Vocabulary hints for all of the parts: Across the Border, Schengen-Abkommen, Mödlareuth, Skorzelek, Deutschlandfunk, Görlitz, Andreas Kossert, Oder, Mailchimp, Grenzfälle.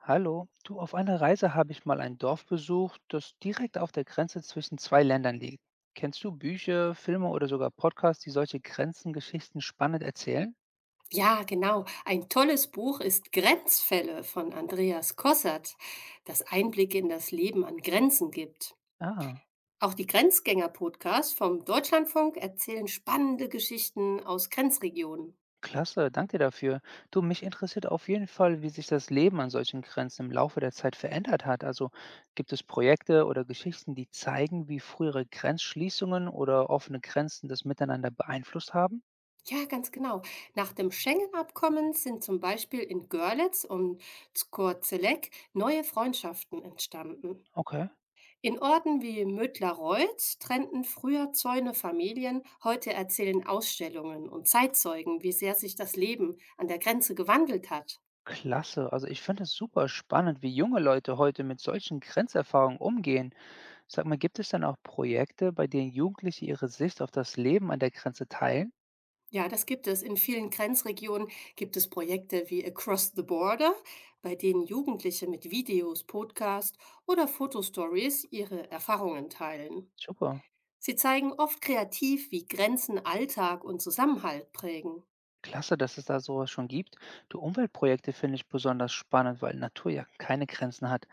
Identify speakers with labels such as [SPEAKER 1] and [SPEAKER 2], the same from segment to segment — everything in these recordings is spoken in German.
[SPEAKER 1] Hallo, du, auf einer Reise habe ich mal ein Dorf besucht, das direkt auf der Grenze zwischen zwei Ländern liegt. Kennst du Bücher, Filme oder sogar Podcasts, die solche Grenzengeschichten spannend erzählen?
[SPEAKER 2] Ja, genau. Ein tolles Buch ist Grenzfälle von Andreas Kossert, das Einblicke in das Leben an Grenzen gibt.
[SPEAKER 1] Ah,
[SPEAKER 2] Auch die Grenzgänger-Podcasts vom Deutschlandfunk erzählen spannende Geschichten aus Grenzregionen.
[SPEAKER 1] klasse, danke dir dafür. Du, mich interessiert auf jeden Fall, wie sich das Leben an solchen Grenzen im Laufe der Zeit verändert hat. Also gibt es Projekte oder Geschichten, die zeigen, wie frühere Grenzschließungen oder offene Grenzen das Miteinander beeinflusst haben?
[SPEAKER 2] Ja, ganz genau. Nach dem Schengen-Abkommen sind zum Beispiel in Görlitz und Skorzelek neue Freundschaften entstanden.
[SPEAKER 1] Okay.
[SPEAKER 2] In Orten wie Mödlareuth trennten früher Zäune Familien, heute erzählen Ausstellungen und Zeitzeugen, wie sehr sich das Leben an der Grenze gewandelt hat.
[SPEAKER 1] Klasse. Also ich finde es super spannend, wie junge Leute heute mit solchen Grenzerfahrungen umgehen. Sag mal, gibt es dann auch Projekte, bei denen Jugendliche ihre Sicht auf das Leben an der Grenze teilen?
[SPEAKER 2] Ja, das gibt es. In vielen Grenzregionen gibt es Projekte wie Across the Border, bei denen Jugendliche mit Videos, Podcasts oder Fotostories ihre Erfahrungen teilen.
[SPEAKER 1] Super.
[SPEAKER 2] Sie zeigen oft kreativ, wie Grenzen Alltag und Zusammenhalt prägen.
[SPEAKER 1] Klasse, dass es da sowas schon gibt. Du, Umweltprojekte finde ich besonders spannend, weil Natur ja keine Grenzen hat.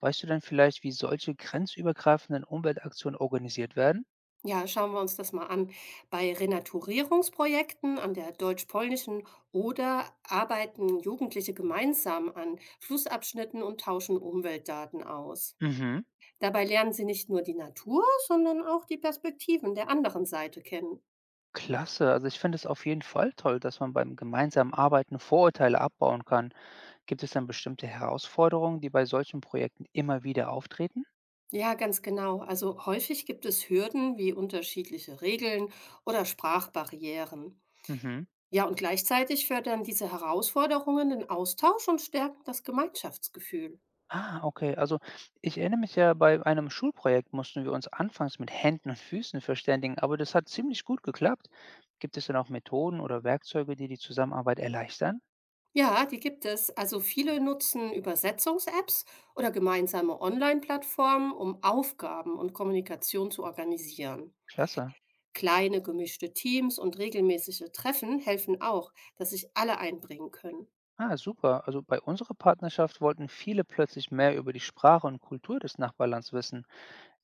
[SPEAKER 1] Weißt du denn vielleicht, wie solche grenzübergreifenden Umweltaktionen organisiert werden?
[SPEAKER 2] Ja, schauen wir uns das mal an. Bei Renaturierungsprojekten an der deutsch-polnischen Oder arbeiten Jugendliche gemeinsam an Flussabschnitten und tauschen Umweltdaten aus.
[SPEAKER 1] Mhm.
[SPEAKER 2] Dabei lernen sie nicht nur die Natur, sondern auch die Perspektiven der anderen Seite kennen.
[SPEAKER 1] Klasse. Also ich finde es auf jeden Fall toll, dass man beim gemeinsamen Arbeiten Vorurteile abbauen kann. Gibt es dann bestimmte Herausforderungen, die bei solchen Projekten immer wieder auftreten?
[SPEAKER 2] Ja, ganz genau. Also häufig gibt es Hürden wie unterschiedliche Regeln oder Sprachbarrieren.
[SPEAKER 1] Mhm.
[SPEAKER 2] Ja, und gleichzeitig fördern diese Herausforderungen den Austausch und stärken das Gemeinschaftsgefühl.
[SPEAKER 1] Ah, okay. Also ich erinnere mich ja, bei einem Schulprojekt mussten wir uns anfangs mit Händen und Füßen verständigen, aber das hat ziemlich gut geklappt. Gibt es denn auch Methoden oder Werkzeuge, die die Zusammenarbeit erleichtern?
[SPEAKER 2] Ja, die gibt es. Also viele nutzen Übersetzungs-Apps oder gemeinsame Online-Plattformen, um Aufgaben und Kommunikation zu organisieren.
[SPEAKER 1] Klasse.
[SPEAKER 2] Kleine gemischte Teams und regelmäßige Treffen helfen auch, dass sich alle einbringen können.
[SPEAKER 1] Ah, super. Also bei unserer Partnerschaft wollten viele plötzlich mehr über die Sprache und Kultur des Nachbarlands wissen.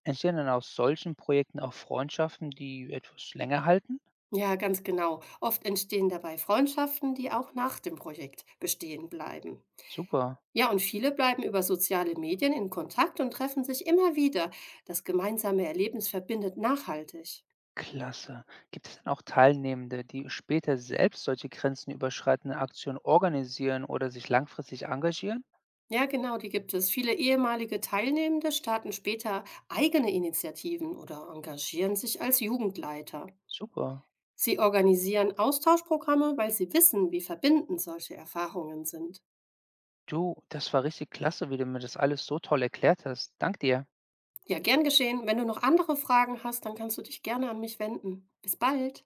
[SPEAKER 1] Entstehen dann aus solchen Projekten auch Freundschaften, die etwas länger halten?
[SPEAKER 2] Ja, ganz genau. Oft entstehen dabei Freundschaften, die auch nach dem Projekt bestehen bleiben.
[SPEAKER 1] Super.
[SPEAKER 2] Ja, und viele bleiben über soziale Medien in Kontakt und treffen sich immer wieder. Das gemeinsame Erlebnis verbindet nachhaltig.
[SPEAKER 1] Klasse. Gibt es denn auch Teilnehmende, die später selbst solche grenzenüberschreitenden Aktionen organisieren oder sich langfristig engagieren?
[SPEAKER 2] Ja, genau, die gibt es. Viele ehemalige Teilnehmende starten später eigene Initiativen oder engagieren sich als Jugendleiter.
[SPEAKER 1] Super.
[SPEAKER 2] Sie organisieren Austauschprogramme, weil sie wissen, wie verbindend solche Erfahrungen sind.
[SPEAKER 1] Du, das war richtig klasse, wie du mir das alles so toll erklärt hast. Dank dir.
[SPEAKER 2] Ja, gern geschehen. Wenn du noch andere Fragen hast, dann kannst du dich gerne an mich wenden. Bis bald.